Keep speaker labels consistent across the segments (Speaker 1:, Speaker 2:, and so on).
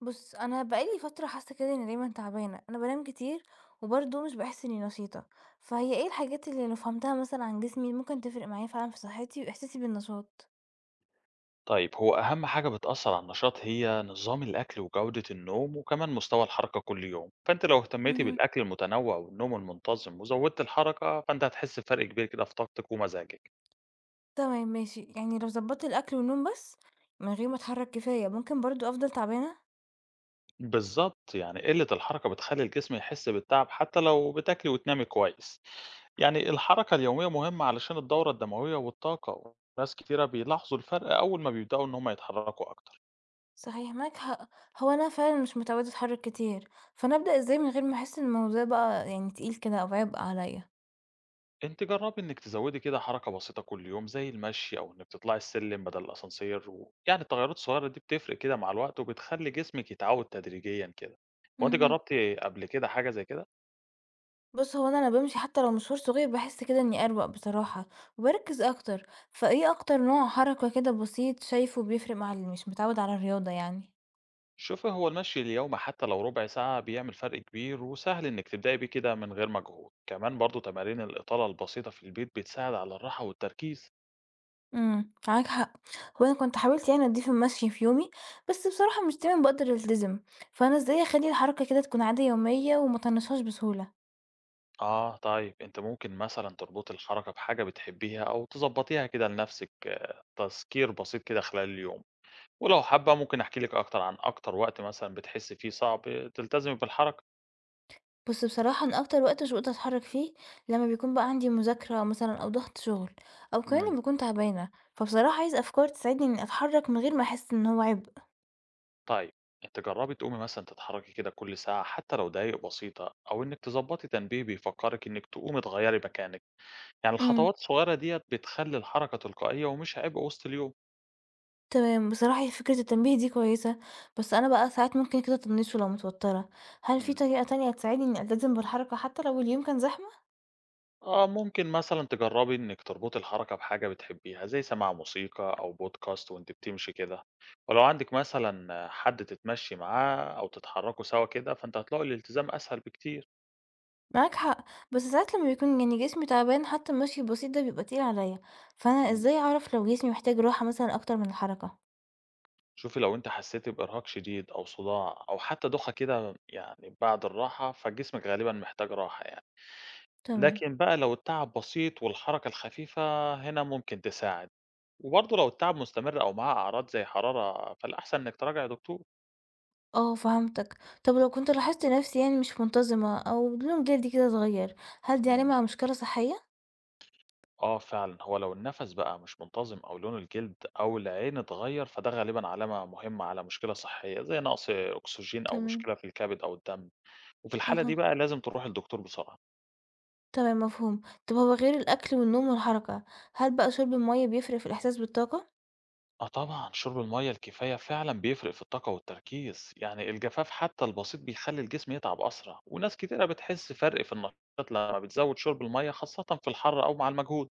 Speaker 1: بُص، أنا بقى لي فترة حاسة كده إني دايمًا تعبانة، أنا بانام كتير وبرضه مش باحس إني نشيطة، فهي إيه الحاجات اللي لو فهمتها مثلًا عن جسمي ممكن تفرق معايا فعلًا في صحتي وإحساسي بالنشاط؟
Speaker 2: طيب هو أهم حاجة بتأثر على النشاط هي نظام الأكل وجودة النوم وكمان مستوى الحركة كل يوم، فأنت لو اهتميتي
Speaker 1: اهم.
Speaker 2: بالأكل المتنوع والنوم المنتظم وزودت الحركة فأنت هتحس بفرق كبير كده في طاقتك ومزاجك.
Speaker 1: تمام ماشي، يعني لو ضبطت الأكل والنوم بس من غير ما أتحرك كفاية ممكن برضه أفضل تعبانة؟
Speaker 2: بالظبط، يعني قلة الحركة بتخلي الجسم يحس بالتعب حتى لو بتاكلي وتنامي كويس، يعني الحركة اليومية مهمة علشان الدورة الدموية والطاقة، وناس كتيرة بيلاحظوا الفرق أول ما بيبدأوا إن هم يتحركوا أكتر.
Speaker 1: صحيح معاك حق، هو أنا فعلًا مش متعودة أتحرك كتير، فأنا أبدأ إزاي من غير ما أحس إن الموضوع بقى يعني تقيل كده أو عبء عليَّ؟
Speaker 2: أنتِ جرّبي إنِّك تزوّدي كده حركة بسيطة كل يوم، زي المشي أو إنِّك تطلعي السلِّم بدل الأسانسير، ويعني التغيّرات الصغيّرة دي بتفرق كده مع الوقت، وبتخلّي جسمِك يتعوّد تدريجيًا كده. هو أنتِ
Speaker 1: اهم.
Speaker 2: جرّبتِ قبل كده حاجة زي كده؟
Speaker 1: بُص، هو أنا لمّا بامشي حتى لو مشوار صغير باحس كده إني أروَق بصراحة، وباركّز أكتر، فإيه أكتر نوع حركة كده بسيط شايفه بيفرق مع اللي مش متعود على الرياضة يعني؟
Speaker 2: شوفي، هو المشي اليومي حتى لو ربع ساعة بيعمل فرق كبير، وسهل إنِّك تبدئي بيه كده من غير مجهود. كمان برضه تمارين الإطالة البسيطة في البيت بتساعد على الراحة والتركيز.
Speaker 1: معاك حق، هو أنا كنت حاولت يعني أضيف المشي في يومي، بس بصراحة مش دايمًا باقدر ألتزم، فأنا إزاي أخلّي الحركة كده تكون عادة يومية وما أطنّشهاش بسهولة؟
Speaker 2: آه، طيب أنتِ ممكن مثلًا تربطي الحركة بحاجة بتحبيها أو تضبّطيها كده لنَفْسِك. آه، تذكير بسيط كده خلال اليوم. ولو حابة ممكن أحكي لِك أكتر عن أكتر وقت مثلًا بتحسّي فيه صعب تلتزمي بالحركة.
Speaker 1: بُص، بصراحة أنا أكتر وقت مش باقدر أتحرك فيه لمّا بيكون بقى عندي مذاكرة مثلًا أو ضغط شغل، أو كمان لمّا
Speaker 2: إمم.
Speaker 1: باكون تعبانة، فبصراحة عايزة أفكار تساعدني إني أتحرك من غير ما أحس إن هو عبء.
Speaker 2: طيب أنتِ جرّبي تقومي مثلًا تتحركي كده كل ساعة حتى لو دقايق بسيطة، أو إنِّك تضبّطي تنبيه بيفكّرِك إنِّك تقومي تغيّري مكانِك، يعني
Speaker 1: إمم.
Speaker 2: الخطوات الصغيرة ديّة بتخلّي الحركة تلقائية ومش عبء وسط اليوم.
Speaker 1: تمام، بصراحة هي فكرة التنبيه دي كويسة، بس أنا بقى ساعات ممكن كده أطنشه لو متوترة، هل في
Speaker 2: إمم.
Speaker 1: طريقة تانية تساعدني إني ألتزم بالحركة حتى لو اليوم كان زحمة؟
Speaker 2: آه، ممكن مثلًا تجرّبي إنِّك تربطي الحركة بحاجة بتحبيها، زي سماع موسيقى أو podcast وأنتِ بتمشي كده، ولو عندِك مثلًا حد تتمشّي معاه أو تتحرّكوا سوا كده، فأنتم هتلاقوا الالتزام أسهل بكتير.
Speaker 1: معاك حق، بس ساعات لما بيكون يعني جسمي تعبان حتى المشي البسيط ده بيبقى تقيل عليا، فأنا
Speaker 2: إمم.
Speaker 1: إزاي أعرف لو جسمي محتاج راحة مثلا أكتر من الحركة؟
Speaker 2: شوفي، لو أنتِ حسيتِ بإرهاق شديد أو صداع أو حتى دوخة كده يعني بعد الراحة، فجسمِك غالبًا محتاج راحة يعني.
Speaker 1: تمام،
Speaker 2: لكن بقى لو التعب بسيط والحركة الخفيفة هنا ممكن تساعد، وبرضه لو التعب مستمر أو معاه أعراض زي حرارة، فالأحسن إنِّك تراجعي دكتور.
Speaker 1: اه فهمتك، طب لو كنت لاحظت نفسي يعني مش منتظمة أو لون جلدي كده اتغير، هل دي
Speaker 2: إمم.
Speaker 1: علامة على مشكلة صحية؟
Speaker 2: آه فعلًا، هو لو النَفَس بقى مش منتظم أو لون الجلد أو العين اتغيّر، فده غالبًا علامة مهمة على مشكلة صحية زي نقص أكسجين أو
Speaker 1: تمام،
Speaker 2: مشكلة في الكبد أو الدم، وفي الحالة دي
Speaker 1: أها.
Speaker 2: بقى لازم تروحي لدكتور بسرعة.
Speaker 1: تمام مفهوم. طب هو غير الأكل والنوم والحركة، هل بقى شرب المَيّة بيفرق في الإحساس بالطاقة؟
Speaker 2: آه طبعًا، شرب المَيّة الكفاية فعلًا بيفرق في الطاقة والتركيز، يعني الجفاف حتى البسيط بيخلّي الجسم يتعب أسرع، وناس كتيرة بتحس فرق في النشاط لمّا بتزوّد شرب المَيّة خاصةً في الحر أو مع المجهود.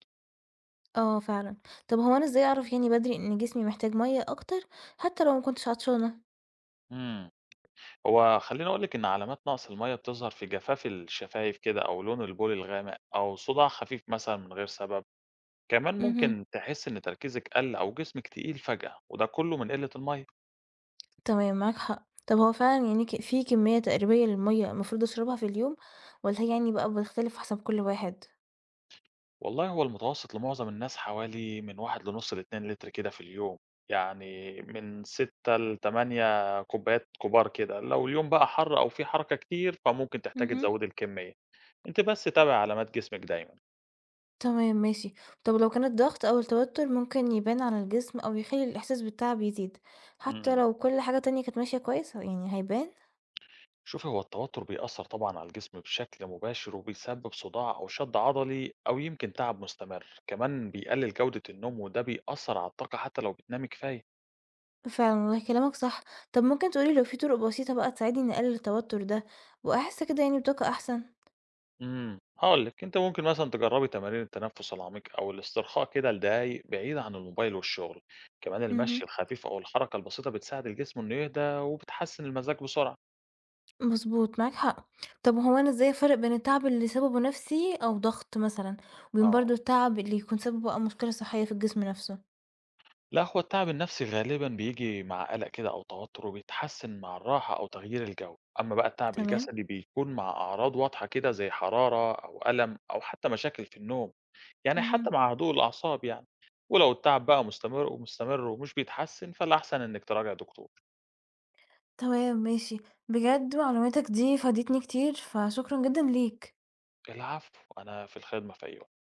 Speaker 1: آه فعلًا. طب هو أنا إزاي أعرف يعني بدري إن جسمي محتاج مَيّة أكتر حتى لو ما كنتش عطشانة؟
Speaker 2: إمم، هو خلّيني أقول لِك إن علامات نقص المَيّة بتظهر في جفاف الشفايف كده أو لون البول الغامق أو صداع خفيف مثلًا من غير سبب، كمان
Speaker 1: اهم،
Speaker 2: ممكن تحسّي إن تركيزِك قَل أو جسمِك تقيل فجأة وده كلّه من قِلّة المَيّة.
Speaker 1: تمام معاك حق. طب هو فعلًا يعني ك في كمية تقريبية للمَيّة المفروض أشربها في اليوم والّا هي يعني بقى بتختلف حسب كل واحد؟
Speaker 2: والله هو المتوسط لمعظم الناس حوالي من 1 لنُص ل2 لتر كده في اليوم، يعني من 6 ل8 كوبايات كبار كده. لو اليوم بقى حَر أو في حركة كتير فممكن تحتاجي
Speaker 1: اهم.
Speaker 2: تزوّدي الكمية، أنتِ بس تابعي علامات جسمِك دايمًا.
Speaker 1: تمام ماشي. طب لو كان الضغط أو التوتر ممكن يبان على الجسم أو يخلي الإحساس بالتعب يزيد، حتى
Speaker 2: إمم.
Speaker 1: لو كل حاجة تانية كانت ماشية كويس، يعني هيبان؟
Speaker 2: شوفي، هو التوتر بيأثّر طبعًا على الجسم بشكل مباشر وبيسبب صداع أو شد عضلي أو يمكن تعب مستمر، كمان بيقلل جودة النوم وده بيأثّر على الطاقة حتى لو بتنامي كفاية.
Speaker 1: فعلًا والله كلامك صح، طب ممكن تقول لي لو في طرق بسيطة بقى تساعدني إني أقلل التوتر ده، وأحس كده يعني بطاقة أحسن؟
Speaker 2: إمم، هاقول لِك، أنتِ ممكن مثلًا تجرّبي تمارين التنفس العميق أو الاسترخاء كده لدقايق بعيد عن الموبايل والشغل، كمان
Speaker 1: اهم،
Speaker 2: المشي الخفيف أو الحركة البسيطة بتساعد الجسم إنه يهدى وبتحسّن المزاج بسرعة.
Speaker 1: مضبوط معاك حق، طب هو أنا إزاي أفرق بين التعب اللي سببه نفسي أو ضغط مثلًا، وبين
Speaker 2: آه.
Speaker 1: برضه التعب اللي يكون سببه بقى مشكلة صحية في الجسم نفسه؟
Speaker 2: لا، هو التعب النفسي غالبًا بييجي مع قلق كده أو توتر وبيتحسّن مع الراحة أو تغيير الجو، أمّا بقى التعب
Speaker 1: تمام،
Speaker 2: الجسدي بيكون مع أعراض واضحة كده زي حرارة أو ألم أو حتى مشاكل في النوم، يعني حتى
Speaker 1: اهم،
Speaker 2: مع هدوء الأعصاب يعني، ولو التعب بقى مستمر ومستمر ومش بيتحسّن فالأحسن إنِّك تراجعي دكتور.
Speaker 1: تمام ماشي، بجد معلوماتك دي فادتني كتير، فشكرًا جدًا ليك.
Speaker 2: العفو، أنا في الخدمة في أي وقت.